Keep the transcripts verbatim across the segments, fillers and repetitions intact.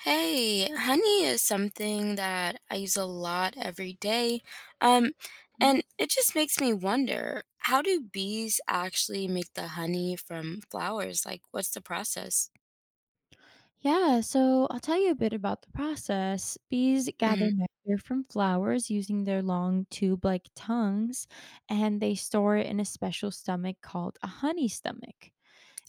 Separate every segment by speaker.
Speaker 1: Hey, honey is something that I use a lot every day. Um,
Speaker 2: Mhm.
Speaker 1: and it just makes me wonder, how do bees actually make the honey from flowers? Like, what's the process?
Speaker 2: Yeah, so I'll tell you a bit about the process. Bees
Speaker 1: Mm-hmm.
Speaker 2: gather nectar from flowers using their long tube like tongues, and they store it in a special stomach called a honey stomach.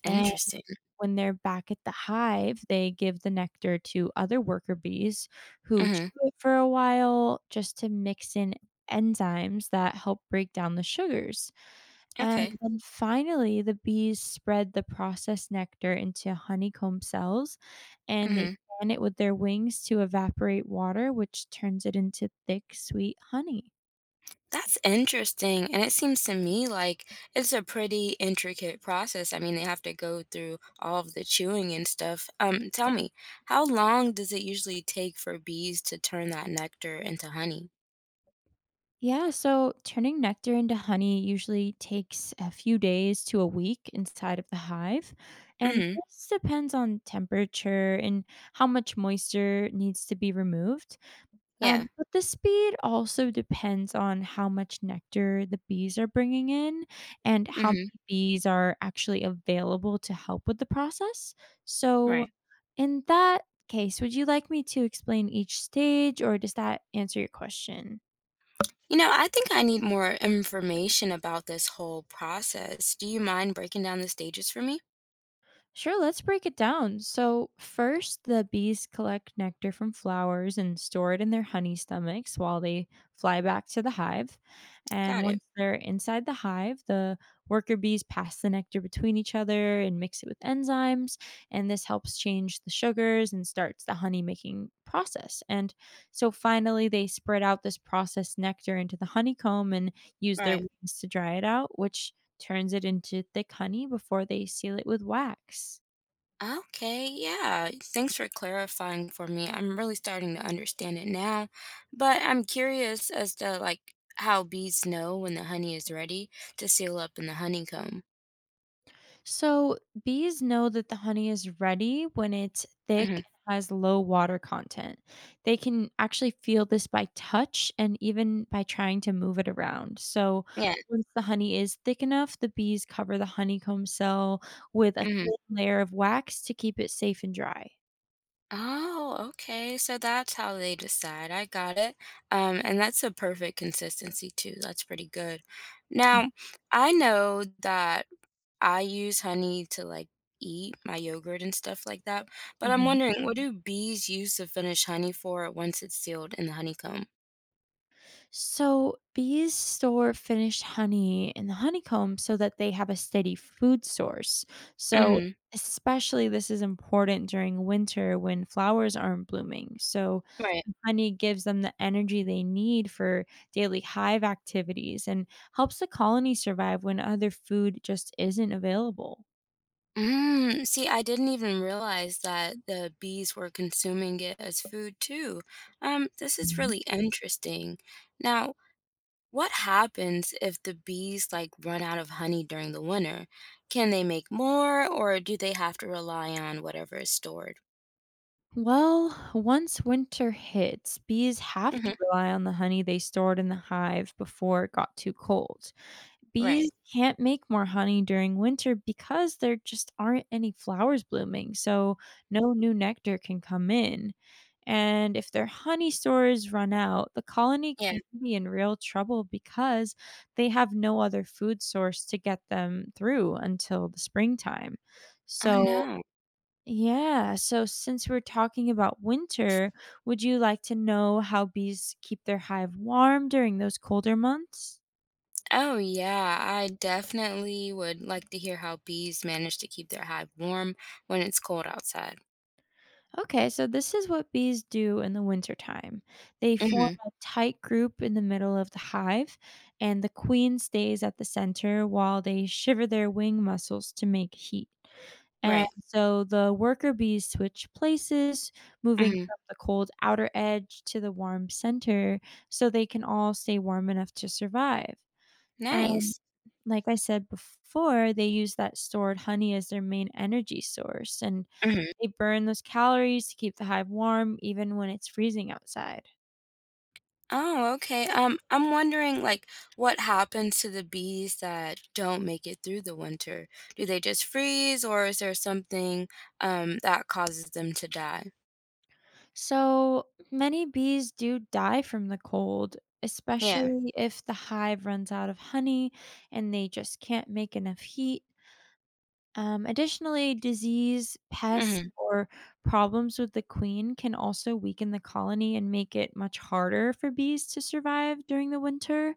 Speaker 2: And
Speaker 1: Interesting.
Speaker 2: when they're back at the hive, they give the nectar to other worker bees who
Speaker 1: Mm-hmm.
Speaker 2: chew it for a while just to mix in enzymes that help break down the sugars. And
Speaker 1: Okay.
Speaker 2: then finally, the bees spread the processed nectar into honeycomb cells and they
Speaker 1: Mm-hmm.
Speaker 2: fan it with their wings to evaporate water, which turns it into thick, sweet honey.
Speaker 1: That's interesting. And it seems to me like it's a pretty intricate process. I mean, they have to go through all of the chewing and stuff. Um, tell me, how long does it usually take for bees to turn that nectar into honey?
Speaker 2: Yeah, so turning nectar into honey usually takes a few days to a week inside of the hive. And
Speaker 1: Mm-hmm.
Speaker 2: this depends on temperature and how much moisture needs to be removed.
Speaker 1: Yeah.
Speaker 2: Um, but the speed also depends on how much nectar the bees are bringing in and how
Speaker 1: Mhm.
Speaker 2: many bees are actually available to help with the process. So,
Speaker 1: Right.
Speaker 2: in that case, would you like me to explain each stage or does that answer your question?
Speaker 1: You know, I think I need more information about this whole process. Do you mind breaking down the stages for me?
Speaker 2: Sure, let's break it down. So, first, the bees collect nectar from flowers and store it in their honey stomachs while they fly back to the hive. And
Speaker 1: Got it.
Speaker 2: once they're inside the hive, the worker bees pass the nectar between each other and mix it with enzymes. And this helps change the sugars and starts the honey making process. And so, finally, they spread out this processed nectar into the honeycomb and use their
Speaker 1: Right.
Speaker 2: wings to dry it out, which turns it into thick honey before they seal it with wax.
Speaker 1: Okay, yeah. Thanks for clarifying for me. I'm really starting to understand it now, but I'm curious as to like how bees know when the honey is ready to seal up in the honeycomb.
Speaker 2: So, bees know that the honey is ready when it's thick
Speaker 1: Hmm.
Speaker 2: and has low water content. They can actually feel this by touch and even by trying to move it around. So,
Speaker 1: Yeah.
Speaker 2: once the honey is thick enough, the bees cover the honeycomb cell with a
Speaker 1: Mhm.
Speaker 2: thin layer of wax to keep it safe and dry.
Speaker 1: Oh, okay. So that's how they decide. I got it. Um, and that's a perfect consistency too. That's pretty good. Now, I know that I use honey to like eat my yogurt and stuff like that, but I'm
Speaker 2: Mhm.
Speaker 1: wondering, what, mhm, do bees use the finished honey for once it's sealed in the honeycomb?
Speaker 2: So, bees store finished honey in the honeycomb so that they have a steady food source. So,
Speaker 1: Hmm.
Speaker 2: especially this is important during winter when flowers aren't blooming. So,
Speaker 1: Right.
Speaker 2: the honey gives them the energy they need for daily hive activities and helps the colony survive when other food just isn't available.
Speaker 1: Mm, see, I didn't even realize that the bees were consuming it as food too. Um, this is
Speaker 2: Mhm.
Speaker 1: really interesting. Now, what happens if the bees like run out of honey during the winter? Can they make more or do they have to rely on whatever is stored?
Speaker 2: Well, once winter hits, bees have
Speaker 1: Hmm.
Speaker 2: to rely on the honey they stored in the hive before it got too cold.
Speaker 1: Right.
Speaker 2: Bees can't make more honey during winter because there just aren't any flowers blooming, so no new nectar can come in. And if their honey stores run out, the colony
Speaker 1: Yeah.
Speaker 2: can be in real trouble because they have no other food source to get them through until the springtime.
Speaker 1: Oh
Speaker 2: So,
Speaker 1: no.
Speaker 2: yeah, so since we're talking about winter, would you like to know how bees keep their hive warm during those colder months?
Speaker 1: Oh yeah, I definitely would like to hear how bees manage to keep their hive warm when it's cold outside.
Speaker 2: Okay, so this is what bees do in the wintertime. They form
Speaker 1: Hmm.
Speaker 2: a tight group in the middle of the hive, and the queen stays at the center while they shiver their wing muscles to make heat. And
Speaker 1: Right.
Speaker 2: so the worker bees switch places, moving
Speaker 1: Hmm.
Speaker 2: from the cold outer edge to the warm center so they can all stay warm enough to survive. And
Speaker 1: Nice.
Speaker 2: like I said before, they use that stored honey as their main energy source. And
Speaker 1: Mhm.
Speaker 2: they burn those calories to keep the hive warm even when it's freezing outside.
Speaker 1: Oh, okay. Um, I'm wondering, like, what happens to the bees that don't make it through the winter? Do they just freeze, or is there something um that causes them to die?
Speaker 2: So many bees do die from the cold,
Speaker 1: Yeah.
Speaker 2: especially if the hive runs out of honey and they just can't make enough heat. Um, additionally, disease, pests,
Speaker 1: Mm-hmm.
Speaker 2: or problems with the queen can also weaken the colony and make it much harder for bees to survive during the winter.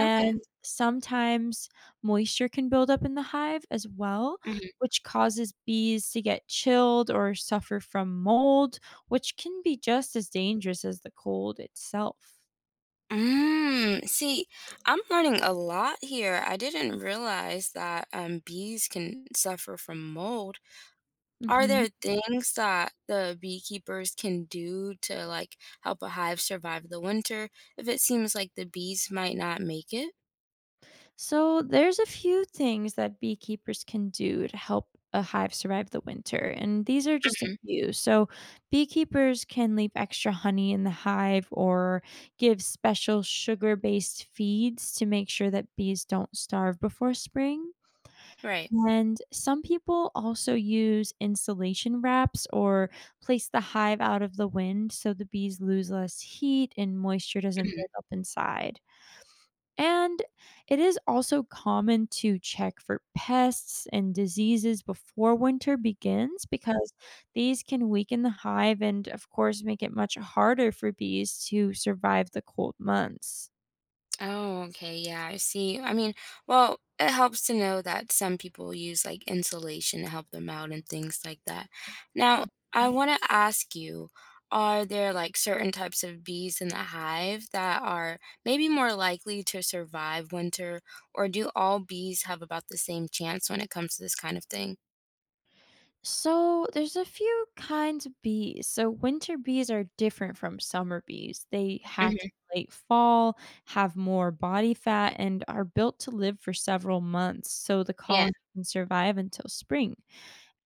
Speaker 1: Okay.
Speaker 2: sometimes moisture can build up in the hive as well,
Speaker 1: Hmm.
Speaker 2: which causes bees to get chilled or suffer from mold, which can be just as dangerous as the cold itself.
Speaker 1: Mm, see, I'm learning a lot here. I didn't realize that um bees can suffer from mold. Are
Speaker 2: Mhm.
Speaker 1: there things that the beekeepers can do to like help a hive survive the winter if it seems like the bees might not make it?
Speaker 2: So there's a few things that beekeepers can do to help a hive survive the winter, and these are just a
Speaker 1: Mhm.
Speaker 2: few. So beekeepers can leave extra honey in the hive or give special sugar-based feeds to make sure that bees don't starve before spring.
Speaker 1: Right.
Speaker 2: And some people also use insulation wraps or place the hive out of the wind so the bees lose less heat and moisture doesn't
Speaker 1: Mhm.
Speaker 2: build up inside. And it is also common to check for pests and diseases before winter begins because these can weaken the hive and, of course, make it much harder for bees to survive the cold months.
Speaker 1: Oh, okay. Yeah, I see. I mean, well, it helps to know that some people use like insulation to help them out and things like that. Now, I want to ask you, are there like certain types of bees in the hive that are maybe more likely to survive winter, or do all bees have about the same chance when it comes to this kind of thing?
Speaker 2: So there's a few kinds of bees. So winter bees are different from summer bees. They hatch
Speaker 1: Hmm.
Speaker 2: in late fall, have more body fat, and are built to live for several months so the
Speaker 1: Yeah.
Speaker 2: colony can survive until spring.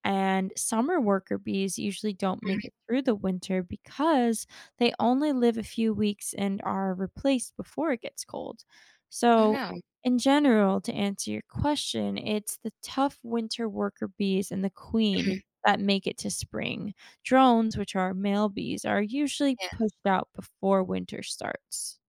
Speaker 2: And summer worker bees usually don't
Speaker 1: Mhm.
Speaker 2: make it through the winter because they only live a few weeks and are replaced before it gets cold.
Speaker 1: Oh
Speaker 2: So,
Speaker 1: no.
Speaker 2: in general, to answer your question, it's the tough winter worker bees and the queen
Speaker 1: Mhm.
Speaker 2: that make it to spring. Drones, which are male bees, are usually pushed out before winter starts.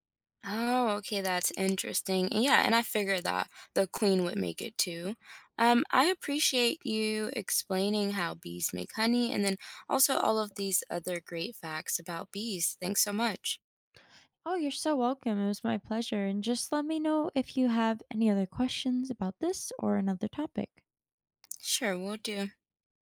Speaker 1: Oh, okay, that's interesting. And yeah, and I figured that the queen would make it too. Um, I appreciate you explaining how bees make honey and then also all of these other great facts about bees. Thanks so much.
Speaker 2: Oh, you're so welcome. It was my pleasure. And just let me know if you have any other questions about this or another topic.
Speaker 1: Sure, we'll do.